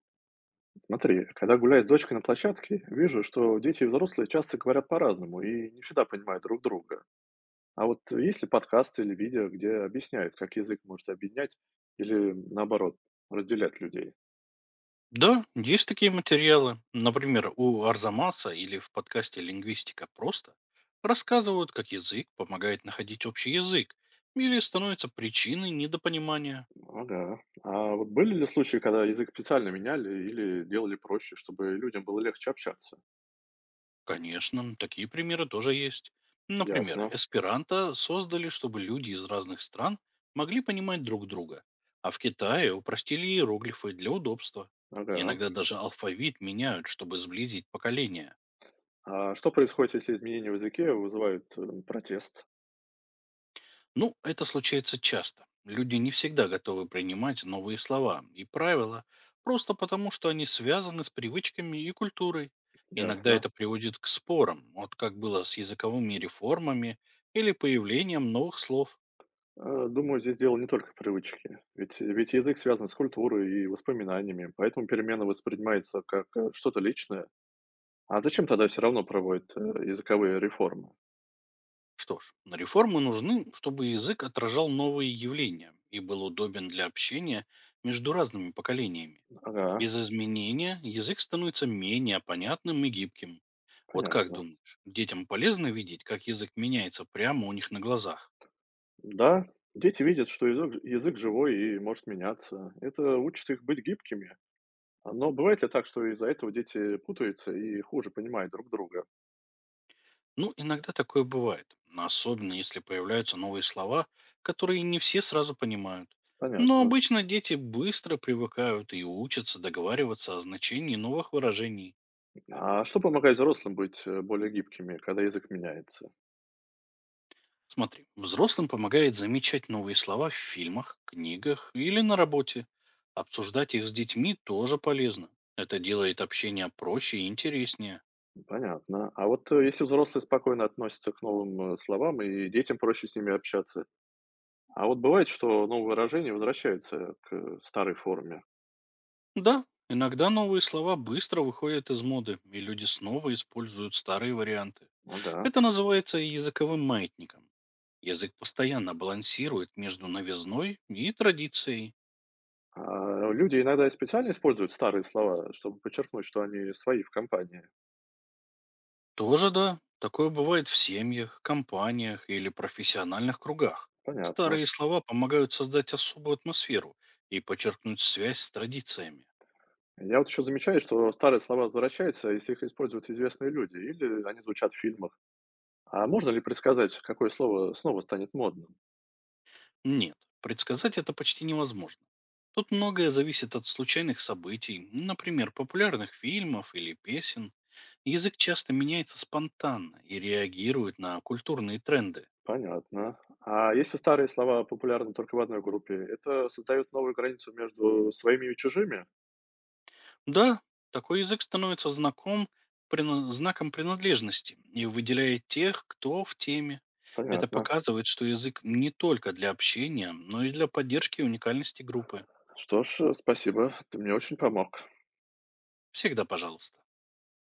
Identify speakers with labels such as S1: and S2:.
S1: Смотри, когда гуляю с дочкой на площадке, вижу, что дети и взрослые часто говорят по-разному и не всегда понимают друг друга. А вот есть ли подкасты или видео, где объясняют, как язык может объединять или, наоборот, разделять людей?
S2: Да, есть такие материалы. Например, у Арзамаса или в подкасте «Лингвистика просто» рассказывают, как язык помогает находить общий язык или становится причиной недопонимания.
S1: Ага. А вот были ли случаи, когда язык специально меняли или делали проще, чтобы людям было легче общаться?
S2: Конечно, такие примеры тоже есть. Например,
S1: Ясно.
S2: эсперанто создали, чтобы люди из разных стран могли понимать друг друга, а в Китае упростили иероглифы для удобства.
S1: Ага.
S2: Иногда даже алфавит меняют, чтобы сблизить поколения.
S1: А что происходит, если изменения в языке вызывают протест?
S2: Ну, это случается часто. Люди не всегда готовы принимать новые слова и правила, просто потому что они связаны с привычками и культурой. Иногда
S1: Ясно.
S2: это приводит к спорам, вот как было с языковыми реформами или появлением новых слов.
S1: Думаю, здесь дело не только в привычке. Ведь язык связан с культурой и воспоминаниями, поэтому перемена воспринимается как что-то личное. А зачем тогда все равно проводят, языковые реформы?
S2: Что ж, реформы нужны, чтобы язык отражал новые явления и был удобен для общения между разными поколениями.
S1: Ага,
S2: Без изменения язык становится менее понятным и гибким. Вот как
S1: понятно.
S2: думаешь, детям полезно видеть, как язык меняется прямо у них на глазах?
S1: Да, дети видят, что язык живой и может меняться. Это учит их быть гибкими. А, но бывает ли так, что из-за этого дети путаются и хуже понимают друг друга?
S2: Ну, иногда такое бывает, но особенно если появляются новые слова, которые не все сразу понимают. Но
S1: Понятно.
S2: обычно дети быстро привыкают и учатся договариваться о значении новых выражений.
S1: А что помогает взрослым быть, более гибкими, когда язык меняется?
S2: Смотри, взрослым помогает замечать новые слова в фильмах, книгах или на работе. Обсуждать их с детьми тоже полезно. Это делает общение проще и интереснее.
S1: Понятно. А вот, если взрослые спокойно относятся к новым, словам, и детям проще с ними общаться. А вот бывает, что новые выражения возвращаются к старой форме.
S2: Да, иногда новые слова быстро выходят из моды, и люди снова используют старые варианты.
S1: Ага.
S2: Это называется языковым маятником. Язык постоянно балансирует между новизной и традицией.
S1: А люди иногда и специально используют старые слова, чтобы подчеркнуть, что они свои в компании.
S2: Тоже да. Такое бывает в семьях, компаниях или профессиональных кругах.
S1: Понятно.
S2: Старые слова помогают создать особую атмосферу и подчеркнуть связь с традициями.
S1: Я вот еще замечаю, что старые слова возвращаются, если их используют известные люди, или они звучат в фильмах. А можно ли предсказать, какое слово снова станет модным?
S2: Нет, предсказать это почти невозможно. Тут многое зависит от случайных событий, например, популярных фильмов или песен. Язык часто меняется спонтанно и реагирует на культурные тренды.
S1: Понятно. А если старые слова популярны только в одной группе, это создает новую границу между своими и чужими?
S2: Да, такой язык становится знаком, знаком принадлежности и выделяет тех, кто в теме. Это
S1: Понятно.
S2: показывает, что язык не только для общения, но и для поддержки уникальности группы.
S1: Что ж, спасибо, ты мне очень помог.
S2: Всегда пожалуйста.